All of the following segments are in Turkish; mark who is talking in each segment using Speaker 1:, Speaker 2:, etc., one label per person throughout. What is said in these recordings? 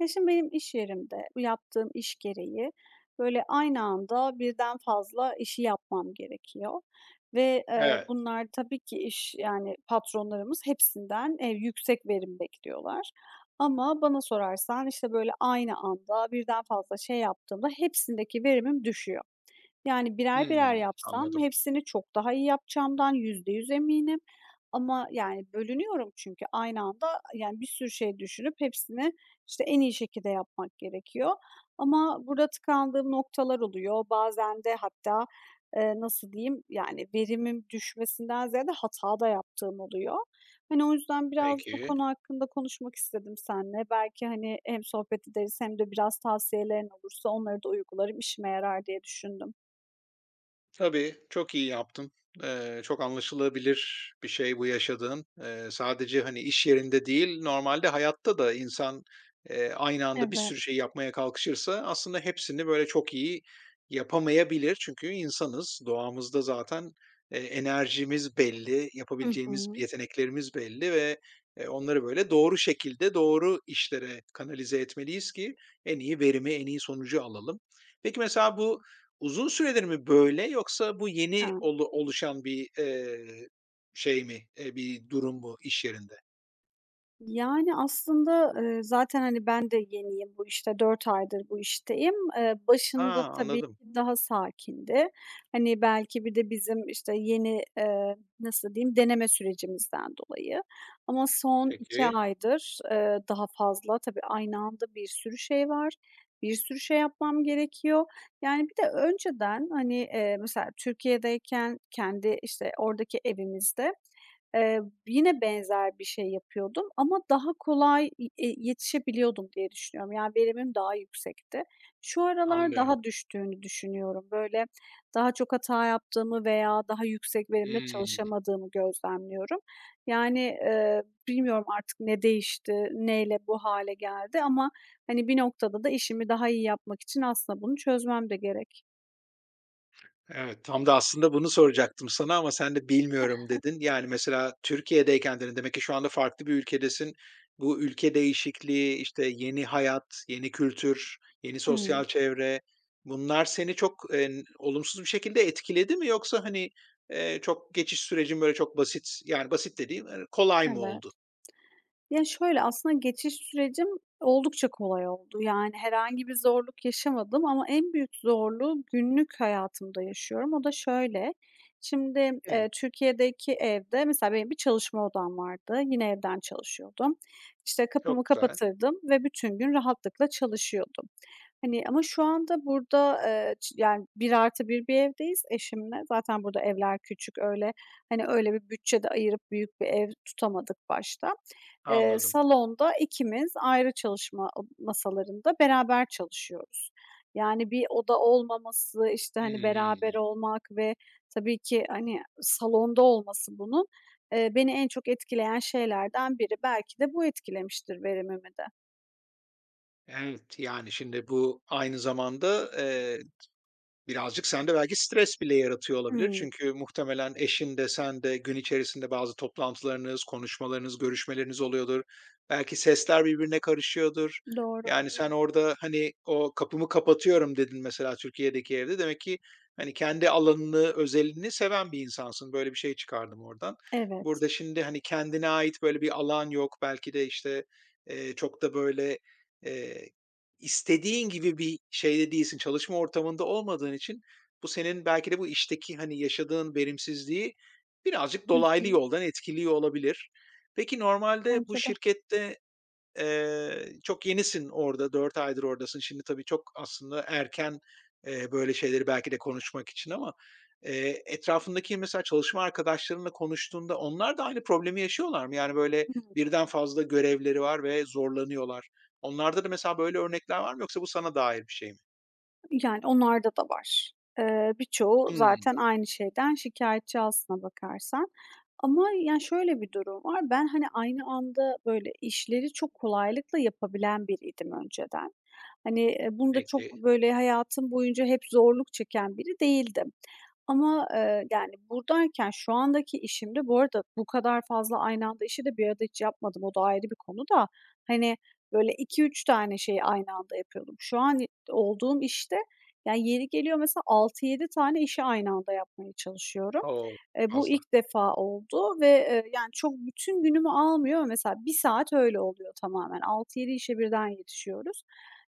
Speaker 1: Ya, şimdi benim iş yerimde, bu yaptığım iş gereği, böyle, aynı anda birden fazla işi yapmam gerekiyor ve,
Speaker 2: Evet.
Speaker 1: bunlar tabii ki iş, yani, patronlarımız hepsinden, yüksek verim bekliyorlar ama bana sorarsan, işte, böyle, aynı anda birden fazla şey yaptığımda hepsindeki verimim düşüyor. Yani, birer birer
Speaker 2: Hımm,
Speaker 1: yapsam
Speaker 2: anladım.
Speaker 1: hepsini çok daha iyi yapacağımdan %100 eminim ama, yani, bölünüyorum çünkü aynı anda, yani, bir sürü şey düşünüp hepsini, işte, en iyi şekilde yapmak gerekiyor ama burada tıkandığım noktalar oluyor. Bazen de hatta, nasıl diyeyim, yani, verimim düşmesinden ziyade hata da yaptığım oluyor. Hani, o yüzden biraz bu
Speaker 2: Peki.
Speaker 1: konu hakkında konuşmak istedim seninle. Belki, hani, hem sohbet ederiz hem de biraz tavsiyelerin olursa onları da uygularım, işime yarar diye düşündüm.
Speaker 2: Tabii, çok iyi yaptın. Çok anlaşılabilir bir şey bu yaşadığın. Sadece, hani, iş yerinde değil, normalde hayatta da insan, aynı anda bir
Speaker 1: Evet.
Speaker 2: sürü şey yapmaya kalkışırsa aslında hepsini böyle çok iyi yapamayabilir. Çünkü insanız, doğamızda zaten, enerjimiz belli,
Speaker 1: Hı
Speaker 2: yapabileceğimiz
Speaker 1: hı.
Speaker 2: yeteneklerimiz belli ve, onları böyle doğru şekilde, doğru işlere kanalize etmeliyiz ki en iyi verimi, en iyi sonucu alalım. Peki, mesela bu uzun süredir mi böyle yoksa bu
Speaker 1: Ha.
Speaker 2: yeni oluşan bir, şey mi, bir durum bu iş yerinde?
Speaker 1: Yani, aslında, zaten, hani, ben de yeniyim bu işte, 4 aydır bu işteyim.
Speaker 2: A,
Speaker 1: Başında tabii
Speaker 2: anladım.
Speaker 1: ki daha sakindi. Hani, belki bir de bizim işte yeni, nasıl diyeyim, deneme sürecimizden dolayı ama son 2
Speaker 2: Peki,
Speaker 1: aydır, daha fazla tabii aynı anda bir sürü şey var, bir sürü şey yapmam gerekiyor. Yani, bir de önceden, hani, mesela Türkiye'deyken kendi işte oradaki evimizde Eee, yine benzer bir şey yapıyordum ama daha kolay i yetişebiliyordum diye düşünüyorum. Yani verimim daha yüksekti. Şu aralar
Speaker 2: anlıyorum.
Speaker 1: daha düştüğünü düşünüyorum. Böyle daha çok hata yaptığımı veya daha yüksek verimle
Speaker 2: Hımm.
Speaker 1: çalışamadığımı gözlemliyorum. Yani, bilmiyorum artık ne değişti, neyle bu hale geldi ama hani bir noktada da işimi daha iyi yapmak için aslında bunu çözmem de gerek.
Speaker 2: Evet, tam da aslında bunu soracaktım sana ama sen de "Bilmiyorum." dedin. Yani, mesela Türkiye'deyken dedin, demek ki şu anda farklı bir ülkedesin. Bu ülke değişikliği, işte, yeni hayat, yeni kültür, yeni sosyal
Speaker 1: Hımm,
Speaker 2: çevre, bunlar seni çok, olumsuz bir şekilde etkiledi mi yoksa, hani, çok geçiş sürecin böyle çok basit, yani, basit dediğim, hani, kolay mı
Speaker 1: evet.
Speaker 2: oldu?
Speaker 1: Ya, şöyle, aslında geçiş sürecim oldukça kolay oldu. Yani, herhangi bir zorluk yaşamadım ama en büyük zorluğu günlük hayatımda yaşıyorum. O da şöyle, şimdi,
Speaker 2: Hımm,
Speaker 1: Türkiye'deki evde mesela benim bir çalışma odam vardı. Yine evden çalışıyordum. İşte,
Speaker 2: çok
Speaker 1: kapımı
Speaker 2: güzel,
Speaker 1: kapatırdım ve bütün gün rahatlıkla çalışıyordum. Hani, ama şu anda burada, ç yani, 1+1 bir evdeyiz eşimle. Zaten burada evler küçük, öyle, hani, öyle bir bütçe de ayırıp büyük bir ev tutamadık başta.
Speaker 2: anladım.
Speaker 1: Salonda ikimiz ayrı çalışma masalarında beraber çalışıyoruz. Yani bir oda olmaması, işte, hani, beraber
Speaker 2: Hımm.
Speaker 1: olmak ve tabii ki, hani, salonda olması bunun, beni en çok etkileyen şeylerden biri. Belki de bu etkilemiştir verimimi de.
Speaker 2: Evet, yani, şimdi bu aynı zamanda, birazcık sende belki stres bile yaratıyor olabilir.
Speaker 1: Hımm.
Speaker 2: Çünkü muhtemelen eşin de sen de gün içerisinde bazı toplantılarınız, konuşmalarınız, görüşmeleriniz oluyordur. Belki sesler birbirine karışıyordur.
Speaker 1: Doğru
Speaker 2: Yani sen
Speaker 1: oluyor.
Speaker 2: orada, hani, o "Kapımı kapatıyorum." dedin mesela Türkiye'deki evde. Demek ki, hani, kendi alanını, özelini seven bir insansın. Böyle bir şey çıkardım oradan.
Speaker 1: Evet.
Speaker 2: Burada şimdi, hani, kendine ait böyle bir alan yok. Belki de, işte, çok da böyle, İstediğin gibi bir şeyde değilsin, çalışma ortamında olmadığın için bu senin belki de bu işteki, hani, yaşadığın verimsizliği birazcık
Speaker 1: Hı
Speaker 2: dolaylı
Speaker 1: hı.
Speaker 2: yoldan etkiliyor olabilir. Peki normalde bu
Speaker 1: Bence de.
Speaker 2: şirkette, çok yenisin orada, 4 aydır oradasın. Şimdi tabii çok aslında erken, böyle şeyleri belki de konuşmak için ama, etrafındaki mesela çalışma arkadaşlarınla konuştuğunda onlar da aynı problemi yaşıyorlar mı? Yani, böyle,
Speaker 1: Hı.
Speaker 2: birden fazla görevleri var ve zorlanıyorlar. Onlarda da mesela böyle örnekler var mı yoksa bu sana dair bir şey mi?
Speaker 1: Yani onlarda da var. Birçoğu
Speaker 2: Hımm,
Speaker 1: zaten aynı şeyden şikâyetçi aslına bakarsan. Ama yani şöyle bir durum var. Ben, hani, aynı anda böyle işleri çok kolaylıkla yapabilen biriydim önceden. Hani, bunda çok
Speaker 2: peki.
Speaker 1: böyle hayatım boyunca hep zorluk çeken biri değildim. Ama, yani buradayken şu andaki işimde bu arada bu kadar fazla aynı anda işi de bir arada hiç yapmadım. O da ayrı bir konu da. Hani, böyle iki üç tane şeyi aynı anda yapıyordum. Şu an olduğum işte yani, yeri geliyor mesela altı yedi tane işi aynı anda yapmaya çalışıyorum.
Speaker 2: O!
Speaker 1: Bu
Speaker 2: Fazla.
Speaker 1: ilk defa oldu ve, yani, çok bütün günümü almıyor. Mesela bir saat öyle oluyor tamamen. Altı yedi işe birden yetişiyoruz.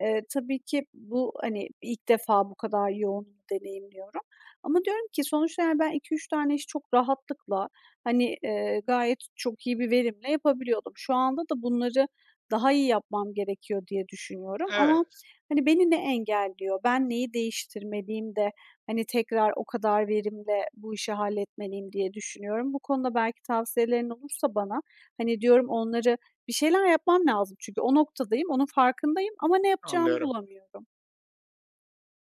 Speaker 1: Tabii ki bu, hani, ilk defa bu kadar yoğun deneyimliyorum ama diyorum ki sonuçta, yani, ben iki üç tane işi çok rahatlıkla, hani, gayet çok iyi bir verimle yapabiliyordum. Şu anda da bunları daha iyi yapmam gerekiyor diye düşünüyorum ama
Speaker 2: Evet,
Speaker 1: hani, beni ne engelliyor? Ben neyi değiştirmeliyim de, hani, tekrar o kadar verimle bu işi halletmeliyim diye düşünüyorum. Bu konuda belki tavsiyelerin olursa bana, hani, diyorum onları bir şeyler yapmam lazım çünkü o noktadayım, onun farkındayım ama ne yapacağımı
Speaker 2: anlıyorum.
Speaker 1: bulamıyorum.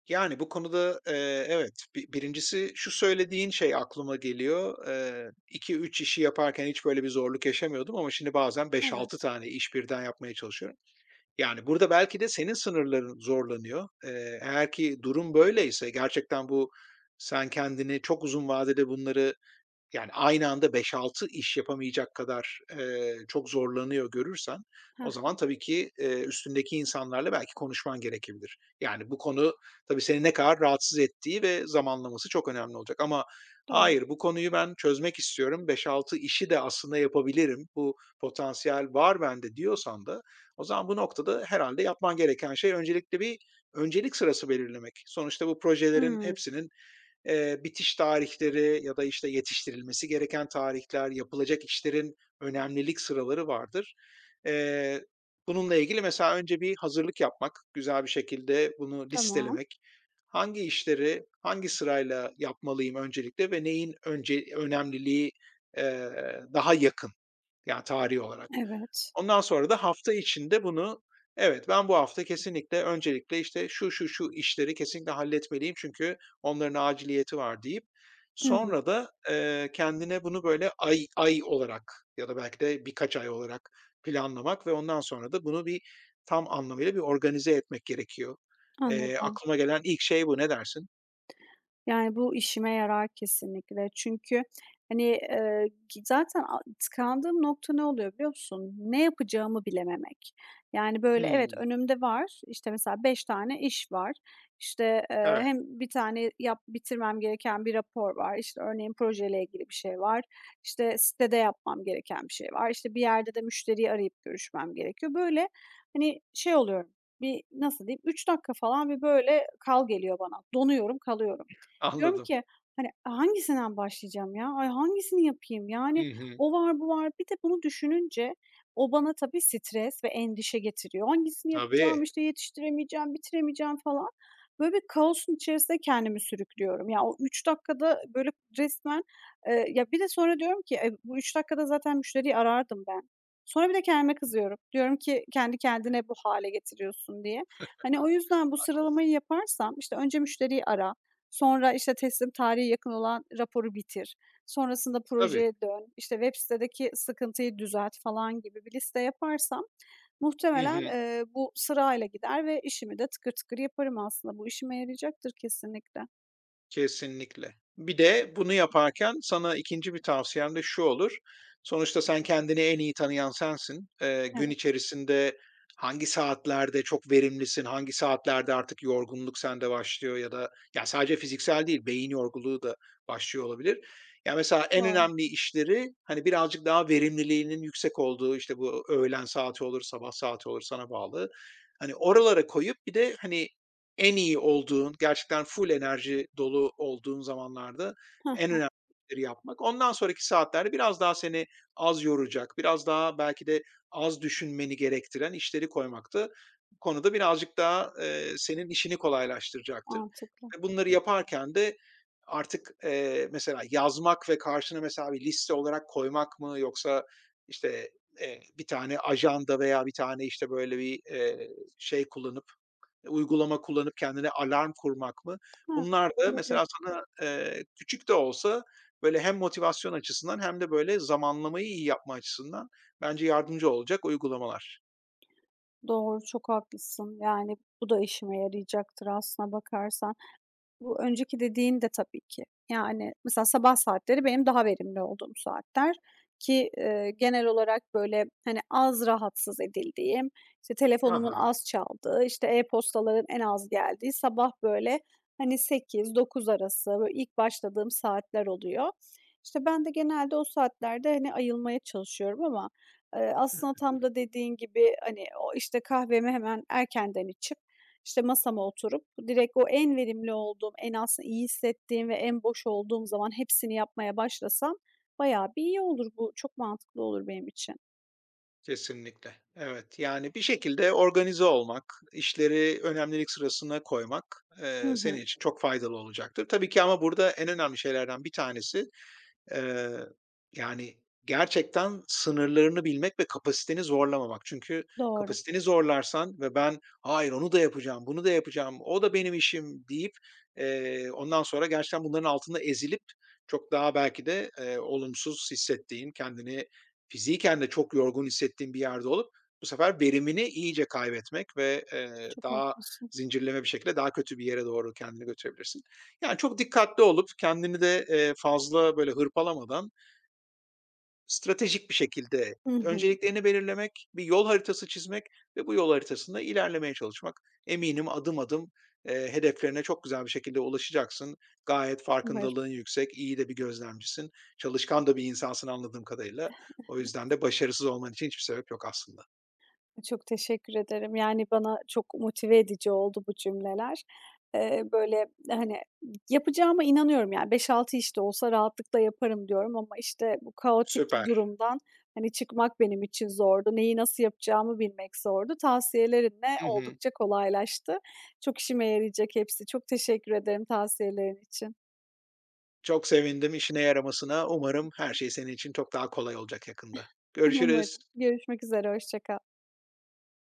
Speaker 2: Yani, bu konuda, evet, birincisi şu söylediğin şey aklıma geliyor. 2-3 işi yaparken hiç böyle bir zorluk yaşamıyordum ama şimdi bazen beş altı
Speaker 1: Evet.
Speaker 2: tane iş birden yapmaya çalışıyorum. Yani, burada belki de senin sınırların zorlanıyor. Eğer ki durum böyleyse gerçekten bu sen kendini çok uzun vadede bunları, yani, aynı anda beş-altı iş yapamayacak kadar, çok zorlanıyor görürsen o
Speaker 1: Hı.
Speaker 2: zaman tabii ki, üstündeki insanlarla belki konuşman gerekebilir. Yani, bu konu tabii seni ne kadar rahatsız ettiği ve zamanlaması çok önemli olacak ama
Speaker 1: Doğru.
Speaker 2: hayır, bu konuyu ben çözmek istiyorum, beş-altı işi de aslında yapabilirim, bu potansiyel var bende diyorsan da o zaman bu noktada herhalde yapman gereken şey öncelikle bir öncelik sırası belirlemek. Sonuçta bu projelerin
Speaker 1: Hımm.
Speaker 2: hepsinin bitiş tarihleri ya da, işte, yetiştirilmesi gereken tarihler, yapılacak işlerin önemlilik sıraları vardır. Eee, Bununla ilgili mesela önce bir hazırlık yapmak, güzel bir şekilde bunu
Speaker 1: Tamam.
Speaker 2: listelemek, hangi işleri hangi sırayla yapmalıyım öncelikle ve neyin önce önemliliği, eee, daha yakın yani tarihi olarak.
Speaker 1: Evet.
Speaker 2: Ondan sonra da hafta içinde bunu, evet, ben bu hafta kesinlikle öncelikle, işte, şu, şu, şu işleri kesinlikle halletmeliyim çünkü onların aciliyeti var deyip
Speaker 1: Hımm.
Speaker 2: sonra da, kendine bunu böyle ay ay olarak ya da belki de birkaç ay olarak planlamak ve ondan sonra da bunu bir tam anlamıyla bir organize etmek gerekiyor.
Speaker 1: Anladım.
Speaker 2: Aklıma gelen ilk şey bu. Ne dersin?
Speaker 1: Yani, bu işime yarar kesinlikle. Çünkü, hani, gi zaten tıkandığım nokta ne oluyor biliyor musun? Ne yapacağımı bilememek. Yani, böyle, evet,
Speaker 2: Hımm.
Speaker 1: önümde var, işte, mesela 5 tane iş var. İşte,
Speaker 2: Evet,
Speaker 1: hem bir tane bitirmem gereken bir rapor var. İşte, örneğin projeyle ilgili bir şey var. İşte, sitede yapmam gereken bir şey var. İşte, bir yerde de müşteriyi arayıp görüşmem gerekiyor. Böyle, hani, şey oluyorum, bir, nasıl diyeyim, 3 dakika falan bir böyle kal geliyor bana. Donuyorum, kalıyorum. Diyorum
Speaker 2: anladım.
Speaker 1: ki, hani, hangisinden başlayacağım ya? Ay, hangisini yapayım? Yani
Speaker 2: Hı hı.
Speaker 1: o var, bu var. Bir de bunu düşününce o bana tabii stres ve endişe getiriyor. Hangisini yapacağım,
Speaker 2: Tabii,
Speaker 1: işte, yetiştiremeyeceğim, bitiremeyeceğim falan. Böyle bir kaosun içerisinde kendimi sürüklüyorum. Ya, o 3 dakikada böyle resmen, ya, bir de sonra diyorum ki, "E, bu 3 dakikada zaten müşteriyi arardım ben." Sonra bir de kendime kızıyorum. Diyorum ki, "Kendi kendine bu hale getiriyorsun." diye. Hani, o yüzden bu sıralamayı yaparsam, işte, önce müşteriyi ara, sonra, işte, teslim tarihi yakın olan raporu bitir. Sonrasında
Speaker 2: tabii.
Speaker 1: projeye dön, İşte web sitedeki sıkıntıyı düzelt falan gibi bir liste yaparsam
Speaker 2: Hı
Speaker 1: muhtemelen,
Speaker 2: hı.
Speaker 1: bu sırayla gider ve işimi de tıkır tıkır yaparım aslında. Bu işime yarayacaktır kesinlikle.
Speaker 2: Kesinlikle. Bir de bunu yaparken sana ikinci bir tavsiyem de şu olur. Sonuçta sen kendini en iyi tanıyan sensin. Gün
Speaker 1: Evet,
Speaker 2: içerisinde hangi saatlerde çok verimlisin, hangi saatlerde artık yorgunluk sende başlıyor ya da ya sadece fiziksel değil, beyin yorgunluğu da başlıyor olabilir. Ya, mesela en
Speaker 1: doğru.
Speaker 2: önemli işleri, hani, birazcık daha verimliliğinin yüksek olduğu, işte, bu öğlen saati olur, sabah saati olur sana bağlı. Hani, oralara koyup bir de, hani, en iyi olduğun, gerçekten full enerji dolu olduğun zamanlarda
Speaker 1: Hı
Speaker 2: en
Speaker 1: hı,
Speaker 2: önemli işleri yapmak. Ondan sonraki saatlerde biraz daha seni az yoracak, biraz daha belki de az düşünmeni gerektiren işleri koymaktı. Bu konuda birazcık daha, senin işini kolaylaştıracaktır
Speaker 1: mantıklı.
Speaker 2: ve bunları yaparken de artık, mesela yazmak ve karşına mesela bir liste olarak koymak mı yoksa, işte, bir tane ajanda veya bir tane, işte, böyle, bir, şey kullanıp uygulama kullanıp kendine alarm kurmak mı?
Speaker 1: Hıı,
Speaker 2: Bunlar da
Speaker 1: olabilir.
Speaker 2: mesela sana, küçük de olsa böyle hem motivasyon açısından hem de böyle zamanlamayı iyi yapma açısından bence yardımcı olacak uygulamalar.
Speaker 1: Doğru, çok haklısın. Yani, bu da işime yarayacaktır aslına bakarsan. Bu önceki dediğin de tabii ki. Yani, mesela sabah saatleri benim daha verimli olduğum saatler ki, genel olarak, böyle, hani, az rahatsız edildiğim, işte, telefonumun
Speaker 2: Aha
Speaker 1: az çaldığı, işte, e-postaların en az geldiği sabah, böyle, hani, sekiz dokuz arası, böyle, ilk başladığım saatler oluyor. İşte, ben de genelde o saatlerde, hani, ayılmaya çalışıyorum ama, aslında tam da dediğin gibi, hani, o, işte, kahvemi hemen erkenden içip işte, masama oturup direkt o en verimli olduğum, en aslında iyi hissettiğim ve en boş olduğum zaman hepsini yapmaya başlasam bayağı bir iyi olur. Bu çok mantıklı olur benim için.
Speaker 2: kesinlikle. Evet, yani bir şekilde organize olmak, işleri önemlilik sırasına koymak,
Speaker 1: Hı hı.
Speaker 2: senin için çok faydalı olacaktır. Tabii ki ama burada en önemli şeylerden bir tanesi Eee, yani, gerçekten sınırlarını bilmek ve kapasiteni zorlamamak. Çünkü
Speaker 1: Doğru.
Speaker 2: kapasiteni zorlarsan ve ben, "Hayır, onu da yapacağım, bunu da yapacağım, o da benim işim." deyip, ondan sonra gerçekten bunların altında ezilip çok daha belki de, olumsuz hissettiğin, kendini fiziken de çok yorgun hissettiğin bir yerde olup bu sefer verimini iyice kaybetmek ve,
Speaker 1: Çok
Speaker 2: daha
Speaker 1: haklısın.
Speaker 2: zincirleme bir şekilde daha kötü bir yere doğru kendini götürebilirsin. Yani, çok dikkatli olup kendini de, fazla böyle hırpalamadan stratejik bir şekilde
Speaker 1: Hı hı.
Speaker 2: önceliklerini belirlemek, bir yol haritası çizmek ve bu yol haritasında ilerlemeye çalışmak. Eminim adım adım, hedeflerine çok güzel bir şekilde ulaşacaksın. Gayet
Speaker 1: Umarım.
Speaker 2: farkındalığın yüksek, iyi de bir gözlemcisin, çalışkan da bir insansın anladığım kadarıyla. O yüzden de başarısız olman için hiçbir sebep yok aslında.
Speaker 1: Çok teşekkür ederim. Yani, bana çok motive edici oldu bu cümleler. Böyle, hani, yapacağıma inanıyorum, yani, beş altı iş de olsa rahatlıkla yaparım diyorum ama, işte, bu kaotik
Speaker 2: Süper.
Speaker 1: durumdan, hani, çıkmak benim için zordu. Neyi nasıl yapacağımı bilmek zordu. Tavsiyelerinle
Speaker 2: Hı hı.
Speaker 1: oldukça kolaylaştı. Çok işime yarayacak hepsi. Çok teşekkür ederim tavsiyelerin için.
Speaker 2: Çok sevindim işine yaramasına. Umarım her şey senin için çok daha kolay olacak yakında.
Speaker 1: Umarım.
Speaker 2: Görüşürüz.
Speaker 1: Görüşmek üzere, hoşça kal.